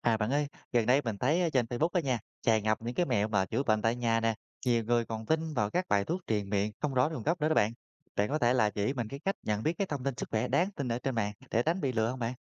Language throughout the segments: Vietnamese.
À bạn ơi, gần đây mình thấy ở trên Facebook đó nha, tràn ngập những cái mẹo mà chữa bệnh tại nhà nè, nhiều người còn tin vào các bài thuốc truyền miệng không rõ nguồn gốc nữa đó bạn. Bạn có thể là chỉ mình cái cách nhận biết cái thông tin sức khỏe đáng tin ở trên mạng để tránh bị lừa không bạn?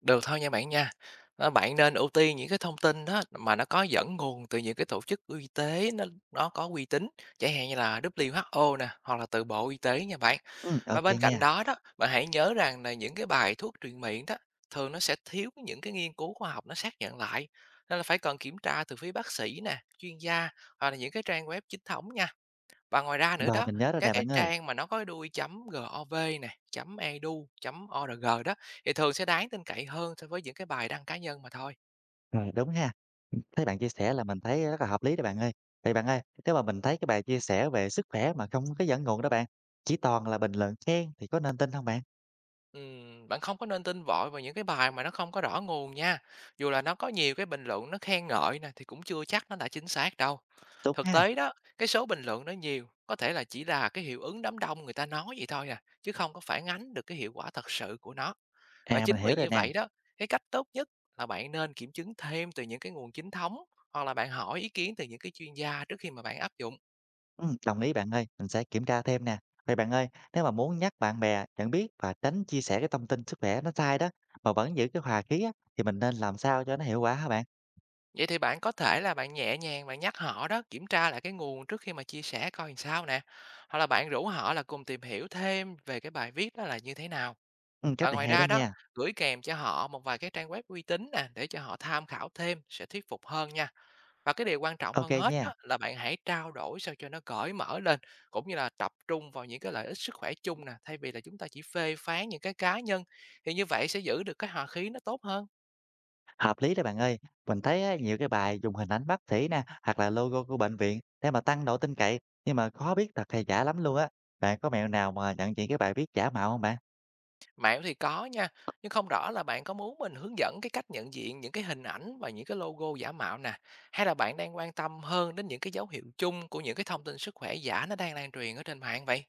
Được thôi nha bạn nha. Đó, bạn nên ưu tiên những cái thông tin đó mà nó có dẫn nguồn từ những cái tổ chức y tế nó có uy tín, chẳng hạn như là WHO nè, hoặc là từ Bộ Y tế nha bạn. Ừ, Và ok bên cạnh nha. đó đó, bạn hãy nhớ rằng là những cái bài thuốc truyền miệng đó thường nó sẽ thiếu những cái nghiên cứu khoa học nó xác nhận lại. Nên là phải cần kiểm tra từ phía bác sĩ nè, chuyên gia hoặc là những cái trang web chính thống nha. Và ngoài ra nữa Rồi đó, mình nhớ rồi các nè bạn cái ơi. trang mà nó có cái đuôi chấm .gov này, chấm .edu, chấm .org đó thì thường sẽ đáng tin cậy hơn so với những cái bài đăng cá nhân mà thôi. Rồi đúng ha. Thấy bạn chia sẻ là mình thấy rất là hợp lý đó bạn ơi. Thì bạn ơi, nếu mà mình thấy cái bài chia sẻ về sức khỏe mà không có dẫn nguồn đó bạn, chỉ toàn là bình luận khen thì có nên tin không bạn? Bạn không có nên tin vội vào những cái bài mà nó không có rõ nguồn nha. Dù là nó có nhiều cái bình luận nó khen ngợi nè thì cũng chưa chắc nó đã chính xác đâu. Đúng Thực ha. tế đó, cái số bình luận nó nhiều có thể là chỉ là cái hiệu ứng đám đông người ta nói vậy thôi à, chứ không có phản ánh được cái hiệu quả thật sự của nó. Và À mình chính hiểu vì rồi như nè. vậy đó, cái cách tốt nhất là bạn nên kiểm chứng thêm từ những cái nguồn chính thống hoặc là bạn hỏi ý kiến từ những cái chuyên gia trước khi mà bạn áp dụng. Đồng ý bạn ơi, mình sẽ kiểm tra thêm nè. Vậy bạn ơi, nếu mà muốn nhắc bạn bè nhận biết và tránh chia sẻ cái thông tin sức khỏe nó sai đó, mà vẫn giữ cái hòa khí á, thì mình nên làm sao cho nó hiệu quả hả bạn? Vậy thì bạn có thể là bạn nhẹ nhàng bạn nhắc họ đó, kiểm tra lại cái nguồn trước khi mà chia sẻ coi làm sao nè. Hoặc là bạn rủ họ là cùng tìm hiểu thêm về cái bài viết đó là như thế nào. Cách Và này ngoài hay đó ra đó, nha. gửi kèm cho họ một vài cái trang web uy tín nè để cho họ tham khảo thêm sẽ thuyết phục hơn nha. Và cái điều quan trọng OK hơn hết nha, đó là bạn hãy trao đổi sao cho nó cởi mở lên, cũng như là tập trung vào những cái lợi ích sức khỏe chung nè, thay vì là chúng ta chỉ phê phán những cái cá nhân, thì như vậy sẽ giữ được cái hòa khí nó tốt hơn. hợp lý đó bạn ơi. Mình thấy á, nhiều cái bài dùng hình ảnh bác sĩ nè, hoặc là logo của bệnh viện để mà tăng độ tin cậy, nhưng mà khó biết thật hay giả lắm luôn á. Bạn có mẹo nào mà nhận diện cái bài viết giả mạo không bạn? Mẹo thì có nha, nhưng không rõ là bạn có muốn mình hướng dẫn cái cách nhận diện những cái hình ảnh và những cái logo giả mạo nè, hay là bạn đang quan tâm hơn đến những cái dấu hiệu chung của những cái thông tin sức khỏe giả nó đang lan truyền ở trên mạng vậy?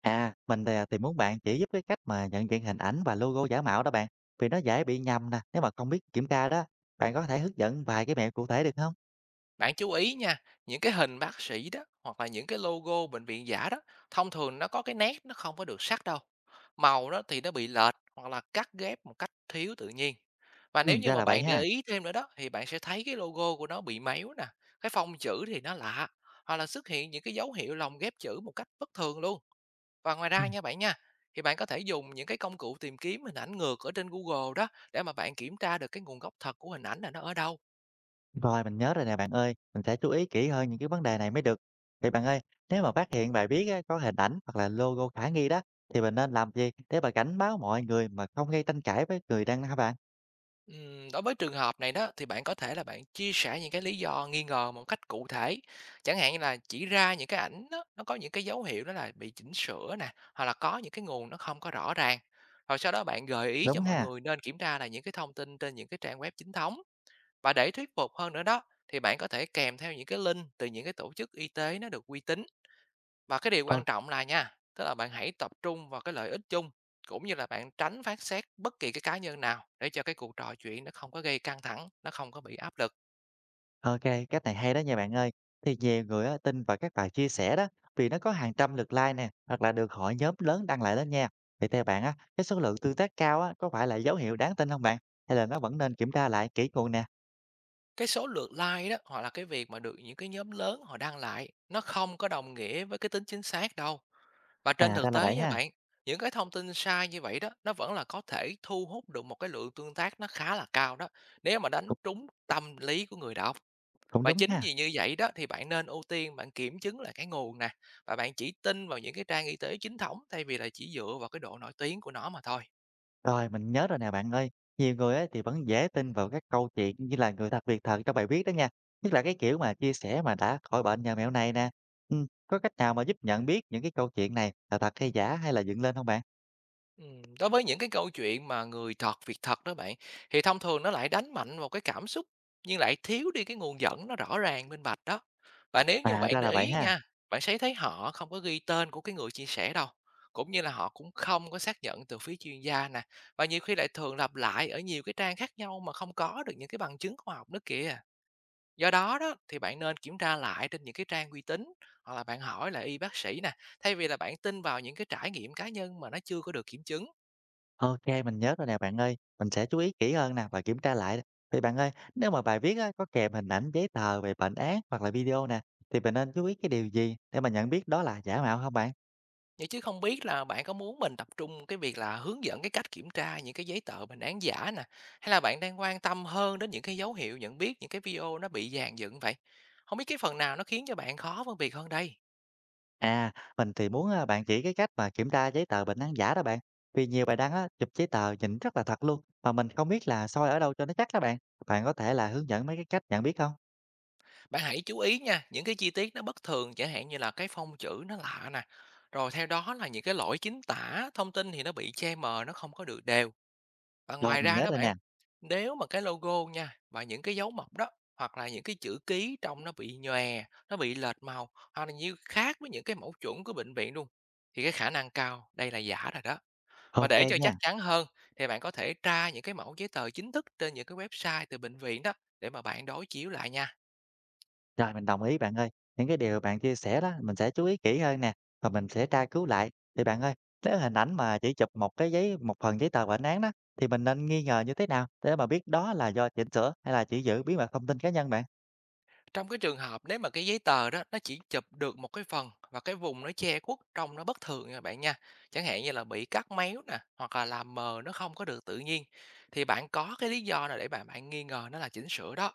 À, mình thì muốn bạn chỉ giúp cái cách mà nhận diện hình ảnh và logo giả mạo đó bạn, vì nó dễ bị nhầm nè, nếu mà không biết kiểm tra đó. Bạn có thể hướng dẫn vài cái mẹo cụ thể được không? Bạn chú ý nha, những cái hình bác sĩ đó hoặc là những cái logo bệnh viện giả đó, thông thường nó có cái nét nó không có được sắc đâu. Màu đó thì nó bị lệch hoặc là cắt ghép một cách thiếu tự nhiên. Và Ừ, nếu như ra mà là vậy bạn để ha. ý thêm nữa đó thì bạn sẽ thấy cái logo của nó bị méo nè, cái phông chữ thì nó lạ, hoặc là xuất hiện những cái dấu hiệu lồng ghép chữ một cách bất thường luôn. Và ngoài ra Ừm, nha bạn nha, thì bạn có thể dùng những cái công cụ tìm kiếm hình ảnh ngược ở trên Google đó để mà bạn kiểm tra được cái nguồn gốc thật của hình ảnh là nó ở đâu. rồi mình nhớ rồi nè bạn ơi, mình sẽ chú ý kỹ hơn những cái vấn đề này mới được. Vậy bạn ơi, nếu mà phát hiện bài viết á có hình ảnh hoặc là logo khả nghi đó, thì mình nên làm gì để mà cảnh báo mọi người mà không gây tranh cãi với người đang hả bạn? Đối với trường hợp này đó thì bạn có thể là bạn chia sẻ những cái lý do nghi ngờ một cách cụ thể. Chẳng hạn như là chỉ ra những cái ảnh đó, nó có những cái dấu hiệu đó là bị chỉnh sửa nè, hoặc là có những cái nguồn nó không có rõ ràng. Rồi sau đó bạn gợi ý cho Đúng mọi ha? người nên kiểm tra là những cái thông tin trên những cái trang web chính thống. Và để thuyết phục hơn nữa đó thì bạn có thể kèm theo những cái link từ những cái tổ chức y tế nó được uy tín. Và cái điều quan trọng là nha, tức là bạn hãy tập trung vào cái lợi ích chung, cũng như là bạn tránh phán xét bất kỳ cái cá nhân nào, để cho cái cuộc trò chuyện nó không có gây căng thẳng, nó không có bị áp lực. OK, cách này hay đó nha bạn ơi. Thì nhiều người á, tin vào các bài chia sẻ đó, vì nó có hàng trăm lượt like nè, hoặc là được hội nhóm lớn đăng lại đó nha. Vậy theo bạn á, cái số lượng tương tác cao á, có phải là dấu hiệu đáng tin không bạn? Hay là nó vẫn nên kiểm tra lại kỹ nguồn nè? Cái số lượt like đó hoặc là cái việc mà được những cái nhóm lớn họ đăng lại nó không có đồng nghĩa với cái tính chính xác đâu. Và trên À, ra thực là vậy tế nha ha, bạn, những cái thông tin sai như vậy đó nó vẫn là có thể thu hút được một cái lượng tương tác nó khá là cao đó, nếu mà đánh cũng trúng tâm lý của người đọc. cũng Và đúng chính ha. vì như vậy đó thì bạn nên ưu tiên bạn kiểm chứng lại cái nguồn nè, và bạn chỉ tin vào những cái trang y tế chính thống, thay vì là chỉ dựa vào cái độ nổi tiếng của nó mà thôi. Rồi, mình nhớ rồi nè bạn ơi. Nhiều người á, thì vẫn dễ tin vào các câu chuyện như là người thật việc thật trong bài viết đó nha. Nhất là cái kiểu mà chia sẻ mà đã khỏi bệnh nhờ mẹo này nè. Có cách nào mà giúp nhận biết những cái câu chuyện này là thật hay giả hay là dựng lên không bạn? Đối với những cái câu chuyện mà người thật việc thật đó bạn, thì thông thường nó lại đánh mạnh vào cái cảm xúc, nhưng lại thiếu đi cái nguồn dẫn nó rõ ràng minh bạch đó. Và nếu như À, ra bạn là để vậy ý ha. nha, bạn sẽ thấy họ không có ghi tên của cái người chia sẻ đâu, cũng như là họ cũng không có xác nhận từ phía chuyên gia nè, và nhiều khi lại thường lặp lại ở nhiều cái trang khác nhau mà không có được những cái bằng chứng khoa học nữa kìa. Do đó đó thì bạn nên kiểm tra lại trên những cái trang uy tín, hoặc là bạn hỏi lại y bác sĩ nè, thay vì là bạn tin vào những cái trải nghiệm cá nhân mà nó chưa có được kiểm chứng. OK, mình nhớ rồi nè bạn ơi, mình sẽ chú ý kỹ hơn nè và kiểm tra lại. Thì bạn ơi, nếu mà bài viết á, có kèm hình ảnh giấy tờ về bệnh án hoặc là video nè, thì mình nên chú ý cái điều gì để mà nhận biết đó là giả mạo không bạn? Vậy chứ không biết là bạn có muốn mình tập trung cái việc là hướng dẫn cái cách kiểm tra những cái giấy tờ bệnh án giả nè, hay là bạn đang quan tâm hơn đến những cái dấu hiệu nhận biết những cái video nó bị dàn dựng vậy? Không biết cái phần nào nó khiến cho bạn khó phân biệt hơn đây? À, mình muốn bạn chỉ cái cách mà kiểm tra giấy tờ bệnh án giả đó bạn. Vì nhiều bài đăng á, chụp giấy tờ nhìn rất là thật luôn, mà mình không biết là soi ở đâu cho nó chắc đó bạn. Bạn có thể là hướng dẫn mấy cái cách nhận biết không? Bạn hãy chú ý nha, những cái chi tiết nó bất thường, chẳng hạn như là cái phông chữ nó lạ nè. Rồi theo đó là những cái lỗi chính tả, thông tin thì nó bị che mờ, nó không có được đều. Và Rồi, ngoài mình ra nhớ đó rồi bạn, nè. nếu mà cái logo nha và những cái dấu mộc đó hoặc là những cái chữ ký trong nó bị nhòe, nó bị lệch màu, hoặc là như khác với những cái mẫu chuẩn của bệnh viện luôn, thì cái khả năng cao đây là giả rồi đó. Và OK để cho chắc nha. chắn hơn thì bạn có thể tra những cái mẫu giấy tờ chính thức trên những cái website từ bệnh viện đó, để mà bạn đối chiếu lại nha. Rồi, mình đồng ý bạn ơi. Những cái điều bạn chia sẻ đó, mình sẽ chú ý kỹ hơn nè, và mình sẽ tra cứu lại. Thì bạn ơi, nếu hình ảnh mà chỉ chụp một cái giấy một phần giấy tờ bệnh án đó, thì mình nên nghi ngờ như thế nào để mà biết đó là do chỉnh sửa hay là chỉ giữ bí mật thông tin cá nhân bạn? Trong cái trường hợp nếu mà cái giấy tờ đó nó chỉ chụp được một cái phần và cái vùng nó che khuất trông nó bất thường nha bạn nha. Chẳng hạn như là bị cắt méo nè, hoặc là làm mờ nó không có được tự nhiên, thì bạn có cái lý do nào để bạn bạn nghi ngờ nó là chỉnh sửa đó.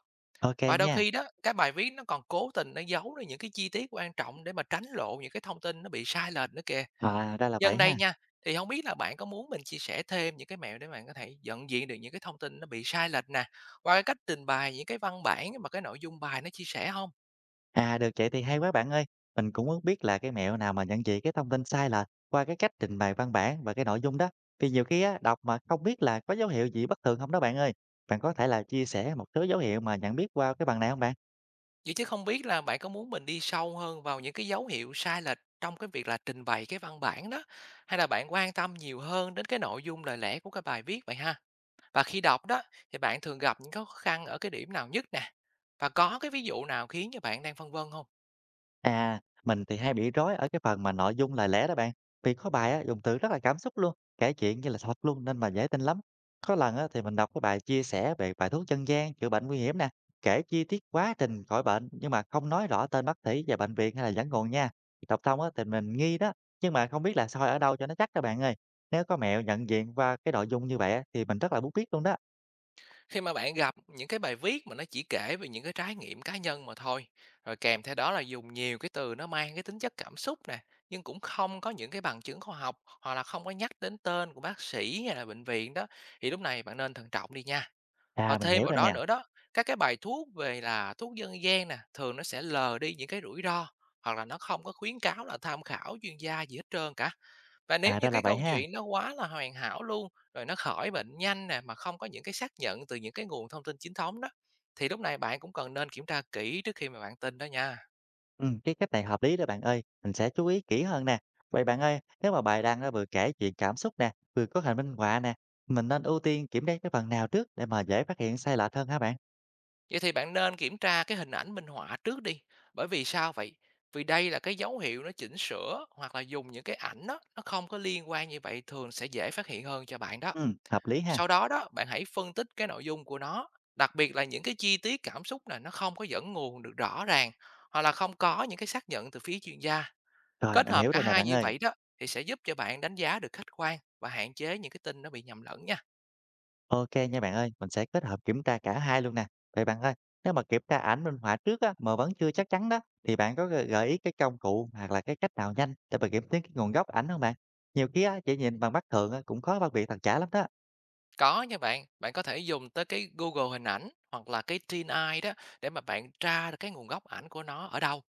OK Và đôi nha. khi đó cái bài viết nó còn cố tình nó giấu đi những cái chi tiết quan trọng để mà tránh lộ những cái thông tin nó bị sai lệch nữa kìa. À, ra là Nhân vậy đây ha. nha, thì không biết là bạn có muốn mình chia sẻ thêm những cái mẹo để bạn có thể nhận diện được những cái thông tin nó bị sai lệch nè, qua cái cách trình bày những cái văn bản mà cái nội dung bài nó chia sẻ không? À, được vậy thì hay quá bạn ơi. Mình cũng muốn biết là cái mẹo nào mà nhận diện cái thông tin sai lệch qua cái cách trình bày văn bản và cái nội dung đó. Vì nhiều khi á, đọc mà không biết là có dấu hiệu gì bất thường không đó bạn ơi. Bạn có thể là chia sẻ một số dấu hiệu mà nhận biết qua cái bằng này không bạn? Vậy chứ không biết là bạn có muốn mình đi sâu hơn vào những cái dấu hiệu sai lệch trong cái việc là trình bày cái văn bản đó, hay là bạn quan tâm nhiều hơn đến cái nội dung lời lẽ của cái bài viết vậy ha? Và khi đọc đó thì bạn thường gặp những khó khăn ở cái điểm nào nhất nè? Và có cái ví dụ nào khiến cho bạn đang phân vân không? À, mình thì hay bị rối ở cái phần mà nội dung lời lẽ đó bạn. Vì có bài á, dùng từ rất là cảm xúc luôn, kể chuyện như là thật luôn nên mà dễ tin lắm. Có lần á, thì mình đọc cái bài chia sẻ về bài thuốc dân gian chữa bệnh nguy hiểm nè, kể chi tiết quá trình khỏi bệnh nhưng mà không nói rõ tên bác sĩ và bệnh viện hay là dẫn nguồn nha. Đọc xong á, thì mình nghi đó, nhưng mà không biết là soi ở đâu cho nó chắc các bạn ơi. Nếu có mẹo nhận diện qua cái nội dung như vậy á, thì mình rất là muốn biết luôn đó. Khi mà bạn gặp những cái bài viết mà nó chỉ kể về những cái trải nghiệm cá nhân mà thôi, rồi kèm theo đó là dùng nhiều cái từ nó mang cái tính chất cảm xúc nè, nhưng cũng không có những cái bằng chứng khoa học hoặc là không có nhắc đến tên của bác sĩ hay là bệnh viện đó, thì lúc này bạn nên thận trọng đi nha. Và À, mình thêm hiểu vào rồi đó nè. nữa đó, các cái bài thuốc về là thuốc dân gian nè, thường nó sẽ lờ đi những cái rủi ro hoặc là nó không có khuyến cáo là tham khảo chuyên gia gì hết trơn cả, và nếu À, như ra là cái vậy câu ha. chuyện nó quá là hoàn hảo luôn, rồi nó khỏi bệnh nhanh nè, mà không có những cái xác nhận từ những cái nguồn thông tin chính thống đó, thì lúc này bạn cũng cần nên kiểm tra kỹ trước khi mà bạn tin đó nha. Cái cách này hợp lý đó bạn ơi, mình sẽ chú ý kỹ hơn nè. Vậy bạn ơi, nếu mà bài đăng á vừa kể chuyện cảm xúc nè, vừa có hình minh họa nè, mình nên ưu tiên kiểm tra cái phần nào trước để mà dễ phát hiện sai lệch hơn hả bạn? Vậy thì bạn nên kiểm tra cái hình ảnh minh họa trước đi. Bởi vì sao vậy? Vì đây là cái dấu hiệu nó chỉnh sửa hoặc là dùng những cái ảnh đó, nó không có liên quan, như vậy thường sẽ dễ phát hiện hơn cho bạn đó. Hợp lý ha. Sau đó đó, bạn hãy phân tích cái nội dung của nó, đặc biệt là những cái chi tiết cảm xúc này nó không có dẫn nguồn được rõ ràng, hoặc là không có những cái xác nhận từ phía chuyên gia. Rồi, Kết mình hợp hiểu cả rồi nè hai bạn như ơi. vậy đó thì sẽ giúp cho bạn đánh giá được khách quan và hạn chế những cái tin nó bị nhầm lẫn nha. Ok nha bạn ơi, mình sẽ kết hợp kiểm tra cả hai luôn nè. Vậy bạn ơi, nếu mà kiểm tra ảnh minh họa trước á mà vẫn chưa chắc chắn đó thì bạn có gợi gợi ý cái công cụ hoặc là cái cách nào nhanh để mà kiểm chứng cái nguồn gốc ảnh không bạn? Nhiều khi á chỉ nhìn bằng mắt thường á cũng khó phân biệt thật giả lắm đó. Có nha bạn, bạn có thể dùng tới cái Google hình ảnh hoặc là cái Thin Eye đó để mà bạn tra được cái nguồn gốc ảnh của nó ở đâu.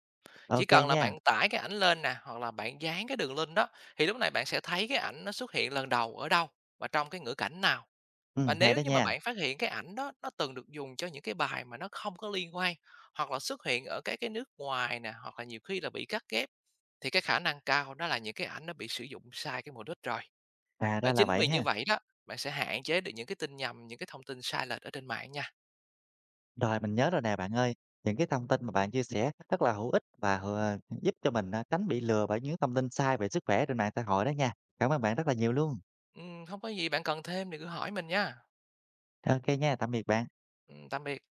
Chỉ Ok cần là nha. bạn tải cái ảnh lên nè hoặc là bạn dán cái đường link đó, thì lúc này bạn sẽ thấy cái ảnh nó xuất hiện lần đầu ở đâu và trong cái ngữ cảnh nào. Và Hay nếu đó như mà nha. bạn phát hiện cái ảnh đó nó từng được dùng cho những cái bài mà nó không có liên quan, hoặc là xuất hiện ở các cái nước ngoài nè, hoặc là nhiều khi là bị cắt ghép, thì cái khả năng cao đó là những cái ảnh nó bị sử dụng sai cái mục đích rồi. À, Và ra là chính vậy vì như ha. vậy đó, bạn sẽ hạn chế được những cái tin nhầm, những cái thông tin sai lệch ở trên mạng nha. Rồi mình nhớ rồi nè bạn ơi, những cái thông tin mà bạn chia sẻ rất là hữu ích và giúp cho mình à, tránh bị lừa bởi những thông tin sai về sức khỏe trên mạng xã hội đó nha. Cảm ơn bạn rất là nhiều luôn. Hông có gì bạn cần thêm thì cứ hỏi mình nha. Ok nha, tạm biệt bạn. Tạm biệt.